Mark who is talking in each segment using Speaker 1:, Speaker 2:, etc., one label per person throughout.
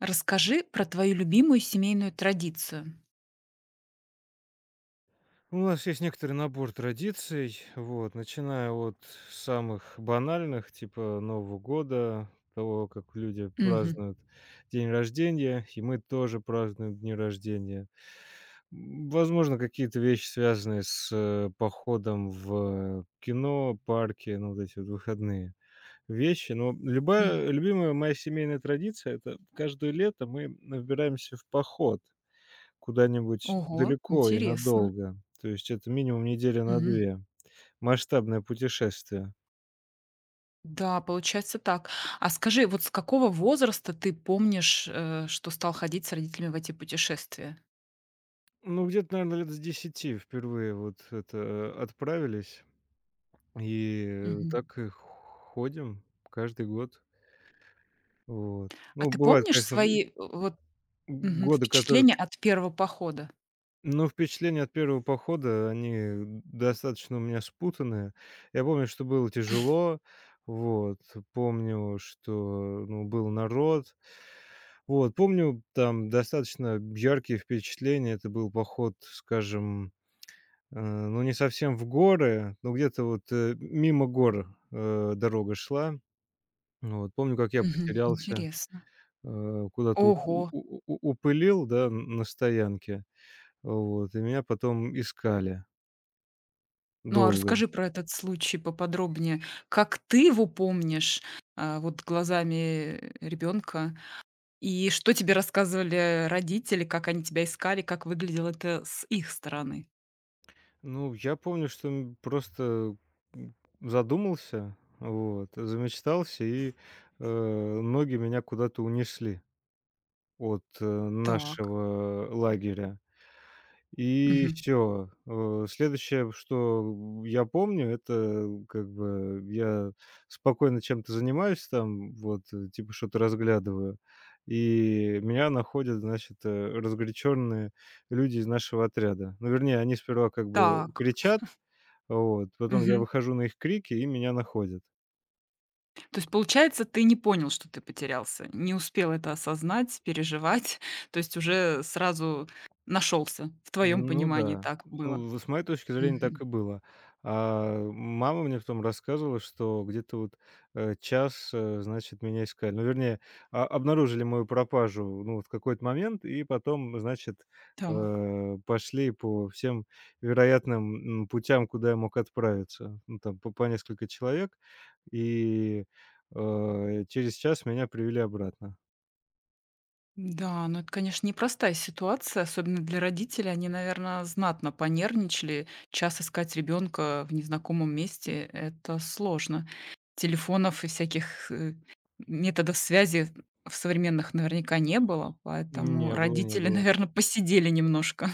Speaker 1: Расскажи про твою любимую семейную традицию.
Speaker 2: У нас есть некоторый набор традиций, вот, начиная от самых банальных, типа Нового года, того, как люди
Speaker 1: Мгм.
Speaker 2: празднуют день рождения, и мы тоже празднуем дни рождения. Возможно, какие-то вещи, связанные с походом в кино, парки, ну, вот эти вот выходные вещи. Но
Speaker 1: М.
Speaker 2: любая любимая моя семейная традиция– это каждое лето мы набираемся в поход. Куда-нибудь
Speaker 1: Ого,
Speaker 2: далеко и
Speaker 1: интересно.
Speaker 2: надолго. То есть это минимум неделя на
Speaker 1: М.
Speaker 2: 2, масштабное путешествие.
Speaker 1: Да, получается так. А скажи, вот с какого возраста ты помнишь, что стал ходить с родителями в эти путешествия?
Speaker 2: Ну, где-то, наверное, лет с 10 впервые вот это, отправились. И
Speaker 1: Мгм.
Speaker 2: так и ходим каждый год. Вот.
Speaker 1: А
Speaker 2: Ну,
Speaker 1: ты
Speaker 2: бывают,
Speaker 1: помнишь
Speaker 2: конечно, г
Speaker 1: свои,
Speaker 2: годы, которые...
Speaker 1: впечатления от первого похода?
Speaker 2: Ну, впечатления от первого похода, они достаточно у меня спутанные. Я помню, что было тяжело, вот, помню, что, ну, был народ, вот, помню, там достаточно яркие впечатления. Это был поход, скажем, ну, не совсем в горы, но где-то вот, мимо гор, дорога шла. Вот, помню, как я
Speaker 1: Мгм.
Speaker 2: потерялся,
Speaker 1: Интересно.
Speaker 2: куда-то
Speaker 1: Ого!
Speaker 2: у упылил, да, н на стоянке, вот, и меня потом искали.
Speaker 1: Ну, а
Speaker 2: Долго.
Speaker 1: расскажи про этот случай поподробнее. Как ты его помнишь, вот глазами ребенка? И что тебе рассказывали родители, как они тебя искали, как выглядело это с их стороны?
Speaker 2: Ну, я помню, что, просто задумался, вот, замечтался, и, ноги меня куда-то унесли от,
Speaker 1: Так.
Speaker 2: нашего лагеря. И
Speaker 1: Мгм.
Speaker 2: все. Следующее, что я помню, это как бы я спокойно чем-то занимаюсь там, вот, типа что-то разглядываю, и меня находят, значит, разгоряченные люди из нашего отряда. Ну, вернее, они сперва как бы
Speaker 1: Так.
Speaker 2: кричат. Вот. Потом я
Speaker 1: Мгм.
Speaker 2: выхожу на их крики, и меня находят.
Speaker 1: То есть, получается, ты не понял, что ты потерялся, не успел это осознать, переживать, то есть уже сразу нашелся. В твоем
Speaker 2: Ну
Speaker 1: понимании
Speaker 2: да.
Speaker 1: так было.
Speaker 2: Ну, в с моей точки зрения, так и
Speaker 1: Мгм.
Speaker 2: было. А, мама мне потом рассказывала, что где-то вот, час, значит, меня искали. Ну, вернее, а обнаружили мою пропажу, ну, вот в какой-то момент, и потом, значит,
Speaker 1: Так.
Speaker 2: пошли по всем вероятным, путям, куда я мог отправиться. Ну, там по несколько человек, и, через час меня привели обратно.
Speaker 1: Да, ну это, конечно, непростая ситуация, особенно для родителей. Они, наверное, знатно понервничали. Час искать ребенка в незнакомом месте — это сложно. Телефонов и всяких методов связи в современных наверняка не было, поэтому
Speaker 2: Не было, не
Speaker 1: родители,
Speaker 2: было.
Speaker 1: наверное, посидели немножко.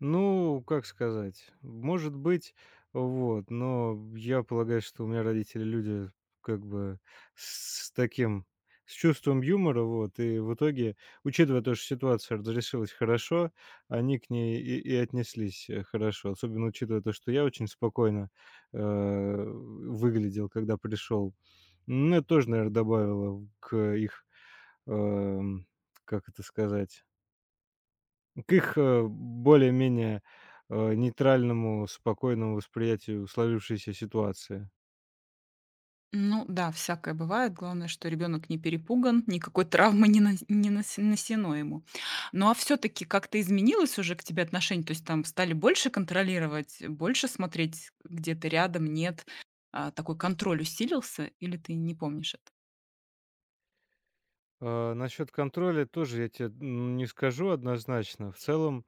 Speaker 2: Ну, как сказать, может быть, вот, но я полагаю, что у меня родители люди как бы с таким, с чувством юмора, вот, и в итоге, учитывая то, что ситуация разрешилась хорошо, они к ней и отнеслись хорошо, особенно учитывая то, что я очень спокойно э, выглядел, когда пришел. Ну, это тоже, наверное, добавило к их, эм, как это сказать, к их, более-менее, нейтральному, спокойному восприятию сложившейся ситуации.
Speaker 1: Ну да, всякое бывает. Главное, что ребенок не перепуган, никакой травмы не, нанесено ему. Ну а все-таки как-то изменилось уже к тебе отношение? То есть там стали больше контролировать, больше смотреть, где ты рядом, нет? А, такой контроль усилился или ты не помнишь это?
Speaker 2: А, насчет контроля тоже я тебе не скажу однозначно. В целом,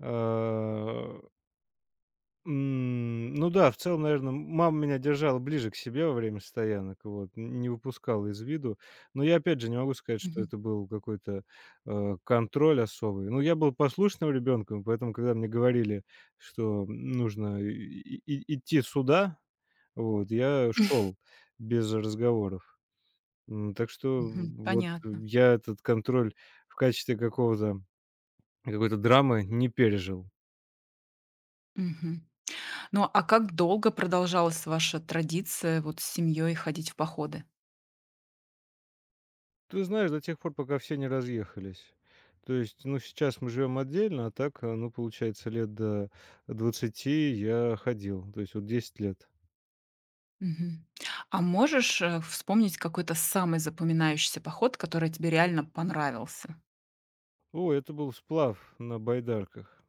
Speaker 2: э, ну да, в целом, наверное, мама меня держала ближе к себе во время стоянок, вот, н не выпускала из виду. Но я, опять же, не могу сказать, что
Speaker 1: Мгм.
Speaker 2: это был какой-то, контроль особый. Ну, я был послушным ребенком, поэтому, когда мне говорили, что нужно и идти сюда, вот, я шел без разговоров. Так что
Speaker 1: Мгм.
Speaker 2: вот
Speaker 1: Понятно.
Speaker 2: я этот контроль в качестве какого-то какой-то драмы не пережил.
Speaker 1: Мгм. Ну а как долго продолжалась ваша традиция вот с семьей ходить в походы?
Speaker 2: Ты знаешь, до тех пор, пока все не разъехались. То есть, ну, сейчас мы живем отдельно, а так, ну, получается, лет до 20 я ходил, то есть вот 10 лет.
Speaker 1: Мгм. А можешь, вспомнить какой-то самый запоминающийся поход, который тебе реально понравился?
Speaker 2: О, это был сплав на байдарках.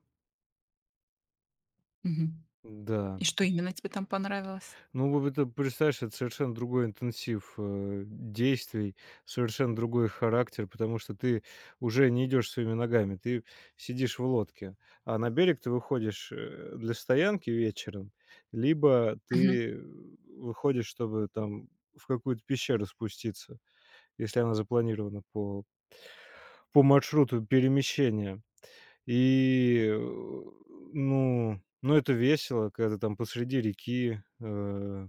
Speaker 1: Мгм.
Speaker 2: Да.
Speaker 1: И что именно тебе там понравилось?
Speaker 2: Ну, вот это, представляешь, это совершенно другой интенсив, действий, совершенно другой характер, потому что ты уже не идешь своими ногами, ты сидишь в лодке. А на берег ты выходишь, для стоянки вечером, либо
Speaker 1: Мгм.
Speaker 2: ты, выходишь, чтобы там в какую-то пещеру спуститься, если она запланирована по маршруту перемещения. И, ну ну, это весело, когда ты там посреди реки,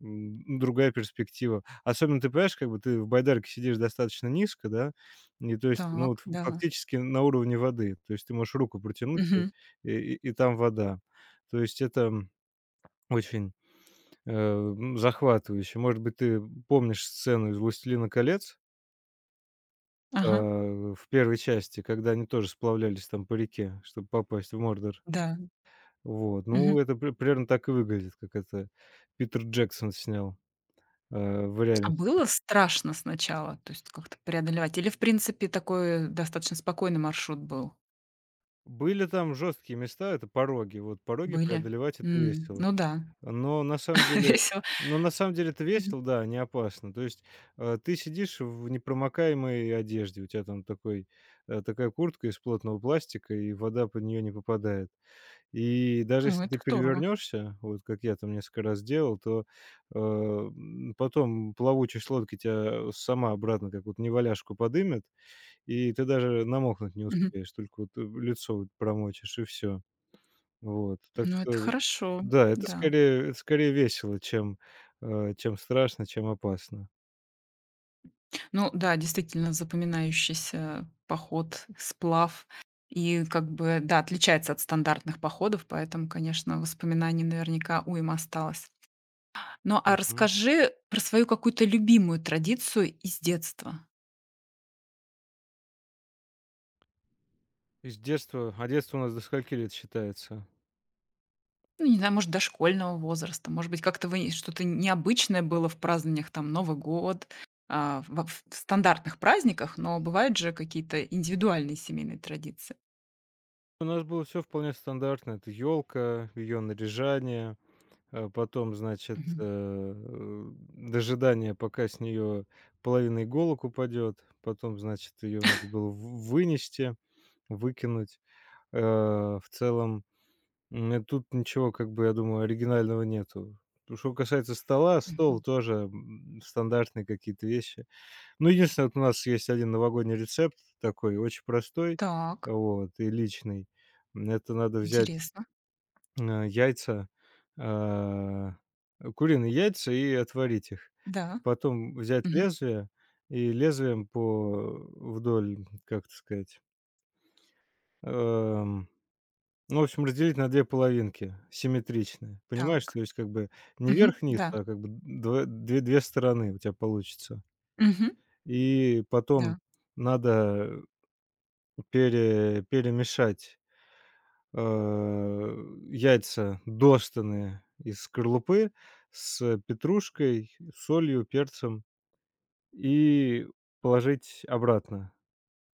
Speaker 2: Ну, другая перспектива. Особенно ты понимаешь, как бы ты в байдарке сидишь достаточно низко, да, и то есть, ну,
Speaker 1: Так,
Speaker 2: вот ф
Speaker 1: да.
Speaker 2: фактически на уровне воды. То есть ты можешь руку протянуть,
Speaker 1: Мгм.
Speaker 2: и там вода. То есть это очень, захватывающе. Может быть, ты помнишь сцену из "Властелина колец",
Speaker 1: Ага.
Speaker 2: в первой части, когда они тоже сплавлялись там по реке, чтобы попасть в Мордор.
Speaker 1: Да.
Speaker 2: Вот,
Speaker 1: Мгм.
Speaker 2: ну, это примерно так и выглядит, как это Питер Джексон снял, э, в
Speaker 1: А
Speaker 2: реальности.
Speaker 1: было страшно сначала, то есть как-то преодолевать? Или, в принципе, такой достаточно спокойный маршрут был?
Speaker 2: Были там жесткие места, это пороги. Вот пороги
Speaker 1: Были?
Speaker 2: преодолевать- это
Speaker 1: М,
Speaker 2: весело.
Speaker 1: ну да,
Speaker 2: Но на самом деле
Speaker 1: весело.
Speaker 2: но на самом деле это
Speaker 1: Мгм.
Speaker 2: весело, да, не опасно. То есть, ты сидишь в непромокаемой одежде, у тебя там такой, такая куртка из плотного пластика, и вода под нее не попадает. И даже
Speaker 1: О,
Speaker 2: если
Speaker 1: это
Speaker 2: ты
Speaker 1: здорово.
Speaker 2: перевернешься, вот как я там несколько раз делал, то, потом плавучесть лодки тебя сама обратно, как вот неваляшку, подымет. И ты даже намокнуть не
Speaker 1: Мгм.
Speaker 2: успеешь, только вот, лицо вот промочишь и все. Вот. Так
Speaker 1: Ну, это
Speaker 2: что
Speaker 1: хорошо,
Speaker 2: да, это
Speaker 1: да.
Speaker 2: скорее это скорее весело, чем, чем страшно, чем опасно.
Speaker 1: Ну да, действительно запоминающийся поход, сплав. И как бы, да, отличается от стандартных походов, поэтому, конечно, воспоминаний наверняка уйма осталось. Ну, а
Speaker 2: Мгм.
Speaker 1: расскажи про свою какую-то любимую традицию из детства.
Speaker 2: Из детства... А детство у нас до скольки лет считается?
Speaker 1: Ну, не знаю, может, дошкольного возраста. Может быть, как-то вы что-то необычное было в празднованиях, там, Новый год, в стандартных праздниках, но бывают же какие-то индивидуальные семейные традиции.
Speaker 2: У нас было все вполне стандартно: это елка, ее наряжание, а потом, значит,
Speaker 1: Мгм.
Speaker 2: дожидание, пока с нее половина иголок упадет, потом, значит, ее надо было в вынести, выкинуть. В целом, тут ничего, как бы, я думаю, оригинального нету. Ну, что касается стола, стол
Speaker 1: Мгм.
Speaker 2: тоже, стандартные какие-то вещи. Ну, единственное, вот у нас есть один новогодний рецепт такой, очень простой,
Speaker 1: Так,
Speaker 2: вот, и личный. Это надо взять,
Speaker 1: интересно.
Speaker 2: яйца, а, куриные яйца и отварить их.
Speaker 1: Да.
Speaker 2: Потом взять лезвие и лезвием по вдоль, как это сказать, эм Ну, в общем, разделить на 2 половинки симметричные. Понимаешь,
Speaker 1: Так.
Speaker 2: то есть как бы не
Speaker 1: Мгм.
Speaker 2: вверх-вниз,
Speaker 1: Да.
Speaker 2: а как бы дв две две стороны у тебя получится.
Speaker 1: Мгм.
Speaker 2: И потом
Speaker 1: Да.
Speaker 2: надо перемешать, э, яйца дошеные из скорлупы с петрушкой, солью, перцем и положить обратно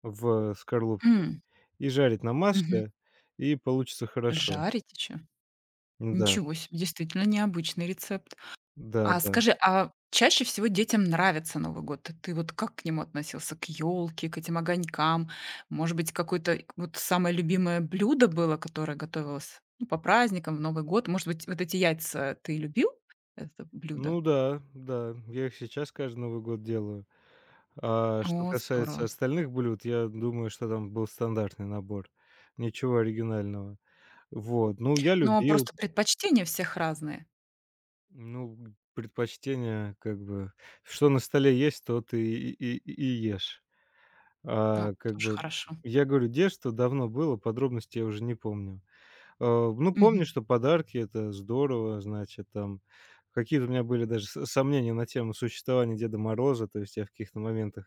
Speaker 2: в скорлупку
Speaker 1: М.
Speaker 2: и жарить на
Speaker 1: Мгм.
Speaker 2: масле, и получится хорошо.
Speaker 1: Жарить еще?
Speaker 2: Да,
Speaker 1: Ничего себе, действительно необычный рецепт. А
Speaker 2: да-да.
Speaker 1: скажи, а чаще всего детям нравится Новый год? Ты вот как к нему относился? К елке, к этим огонькам? Может быть, какое-то вот самое любимое блюдо было, которое готовилось, ну, по праздникам, в Новый год? Может быть, вот эти яйца ты любил, это блюдо?
Speaker 2: Ну да, да, я их сейчас каждый Новый год делаю. А что
Speaker 1: О,
Speaker 2: касается
Speaker 1: здорово.
Speaker 2: остальных блюд, я думаю, что там был стандартный набор, ничего оригинального. Вот, ну, я
Speaker 1: Но
Speaker 2: любил,
Speaker 1: просто предпочтения всех разные.
Speaker 2: ну, предпочтение как бы, что на столе есть, то ты и ешь. А,
Speaker 1: Ну,
Speaker 2: как
Speaker 1: тоже
Speaker 2: бы,
Speaker 1: хорошо.
Speaker 2: я говорю, детство давно было, подробности я уже не помню. Ну, помню,
Speaker 1: Мгм.
Speaker 2: что подарки- это здорово, значит, там какие-то у меня были даже с сомнения на тему существования Деда Мороза. То есть я в каких-то моментах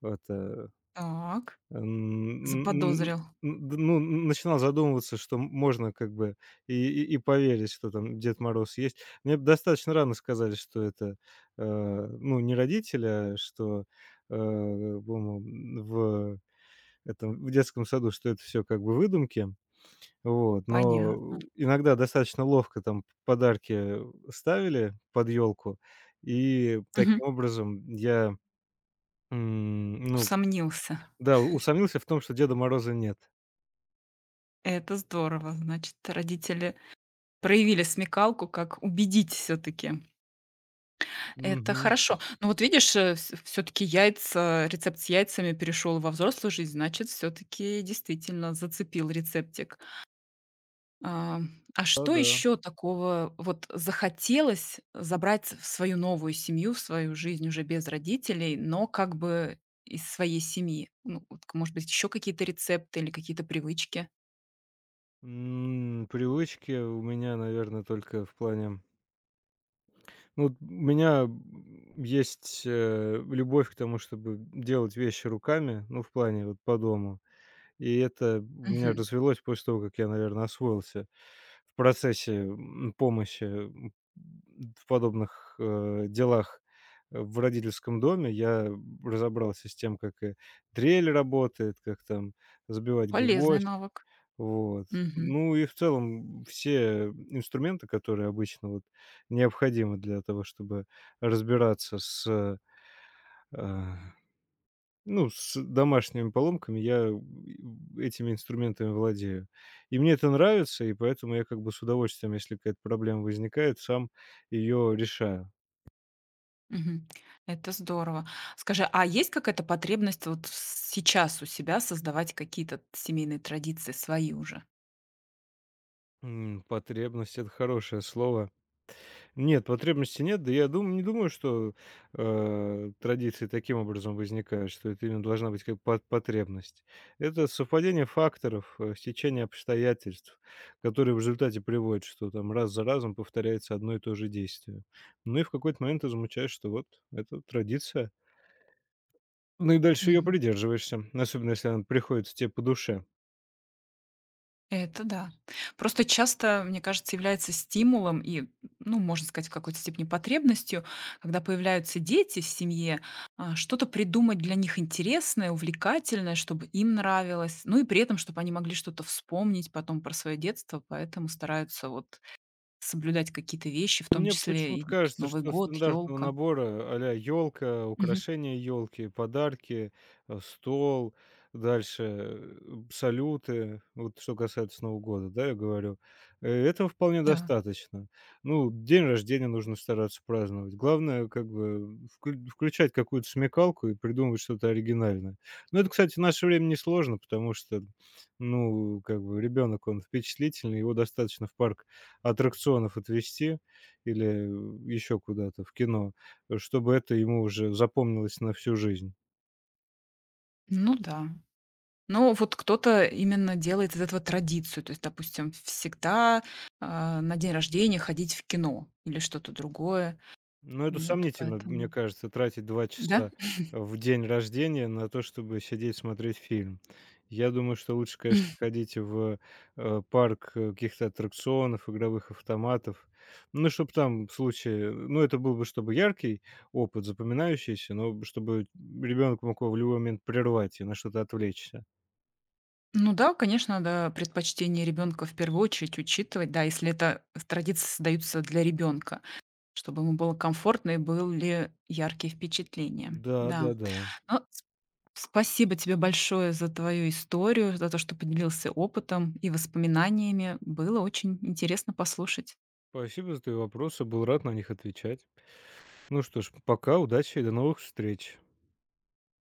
Speaker 2: вот, э,
Speaker 1: Так.
Speaker 2: н н
Speaker 1: Заподозрил.
Speaker 2: н д ну, начинал задумываться, что можно как бы и поверить, что там Дед Мороз есть. Мне б достаточно рано сказали, что это, э, ну, не родители, а что, по-моему, в этом, в детском саду, что это все как бы выдумки. Вот,
Speaker 1: Понятно.
Speaker 2: но иногда достаточно ловко там подарки ставили под елку, и таким
Speaker 1: Мгм.
Speaker 2: образом я, ну
Speaker 1: Усомнился.
Speaker 2: да, усомнился в том, что Деда Мороза нет.
Speaker 1: Это здорово. Значит, родители проявили смекалку, как убедить все-таки. Это
Speaker 2: Мгм.
Speaker 1: хорошо. Ну вот видишь, все-таки яйца, рецепт с яйцами перешел во взрослую жизнь, значит, все-таки действительно зацепил рецептик. А, а что
Speaker 2: Да-да.
Speaker 1: еще такого вот захотелось забрать в свою новую семью, в свою жизнь уже без родителей, но как бы из своей семьи? Ну, вот, может быть, еще какие-то рецепты или какие-то привычки?
Speaker 2: Привычки у меня, наверное, только в плане... Ну, вот у меня, есть, любовь к тому, чтобы делать вещи руками, ну, в плане вот по дому. И это у меня
Speaker 1: Мгм.
Speaker 2: развелось после того, как я, наверное, освоился в процессе, помощи, в подобных, делах, в родительском доме. Я разобрался с тем, как и дрель работает, как там забивать
Speaker 1: Полезный
Speaker 2: гвоздь.
Speaker 1: навык.
Speaker 2: Вот.
Speaker 1: Мгм.
Speaker 2: Ну и в целом все инструменты, которые обычно вот необходимы для того, чтобы разбираться с, э, ну, с домашними поломками, я, этими инструментами владею. И мне это нравится, и поэтому я как бы с удовольствием, если какая-то проблема возникает, сам ее решаю.
Speaker 1: Мгм. Это здорово. Скажи, а есть какая-то потребность вот сейчас у себя создавать какие-то семейные традиции свои уже?
Speaker 2: Потребность- это хорошее слово. Нет, потребности нет. Да я дум не думаю, что, традиции таким образом возникают, что это именно должна быть как по потребность. Это совпадение факторов, стечение обстоятельств, которые в результате приводят, что там раз за разом повторяется одно и то же действие. Ну и в какой-то момент ты замечаешь, что вот это традиция. Ну и дальше ее придерживаешься, особенно если она приходится тебе по душе.
Speaker 1: Это да. Просто часто, мне кажется, является стимулом и, ну, можно сказать, в какой-то степени потребностью, когда появляются дети в семье, что-то придумать для них интересное, увлекательное, чтобы им нравилось, ну и при этом, чтобы они могли что-то вспомнить потом про свое детство, поэтому стараются вот соблюдать какие-то вещи, в
Speaker 2: Ну,
Speaker 1: том
Speaker 2: мне
Speaker 1: числе и
Speaker 2: почему-то
Speaker 1: вот
Speaker 2: кажется,
Speaker 1: Новый
Speaker 2: что
Speaker 1: год,
Speaker 2: стандартного
Speaker 1: елка.
Speaker 2: набора а-ля ёлка,
Speaker 1: Мгм.
Speaker 2: украшения елки, подарки, стол, дальше, салюты, вот что касается Нового года, да, я говорю, этого вполне
Speaker 1: Да.
Speaker 2: достаточно. Ну, день рождения нужно стараться праздновать. Главное, как бы включать какую-то смекалку и придумывать что-то оригинальное. Ну, это, кстати, в наше время несложно, потому что, ну, как бы ребенок он впечатлительный, его достаточно в парк аттракционов отвести или еще куда-то в кино, чтобы это ему уже запомнилось на всю жизнь.
Speaker 1: Ну да. Ну, вот кто-то именно делает из этого традицию. То есть, допустим, всегда, на день рождения ходить в кино или что-то другое.
Speaker 2: Но это
Speaker 1: Вот
Speaker 2: сомнительно, мне
Speaker 1: поэтому
Speaker 2: кажется, тратить 2
Speaker 1: Да?
Speaker 2: часа в день рождения на то, чтобы сидеть смотреть фильм. Я думаю, что лучше, конечно, ходить в, парк, каких-то аттракционов, игровых автоматов. Ну, чтобы там в случае, ну, это был бы, чтобы яркий опыт, запоминающийся, но чтобы ребенок мог его в любой момент прервать и на что-то отвлечься.
Speaker 1: Ну да, конечно, надо предпочтение ребенка в первую очередь учитывать, да, если это традиции создаются для ребенка, чтобы ему было комфортно и были яркие впечатления.
Speaker 2: Да,
Speaker 1: Да.
Speaker 2: да-да.
Speaker 1: Ну, с спасибо тебе большое за твою историю, за то, что поделился опытом и воспоминаниями. Было очень интересно послушать.
Speaker 2: Спасибо за твои вопросы, был рад на них отвечать. Ну что ж, пока, удачи и до новых встреч.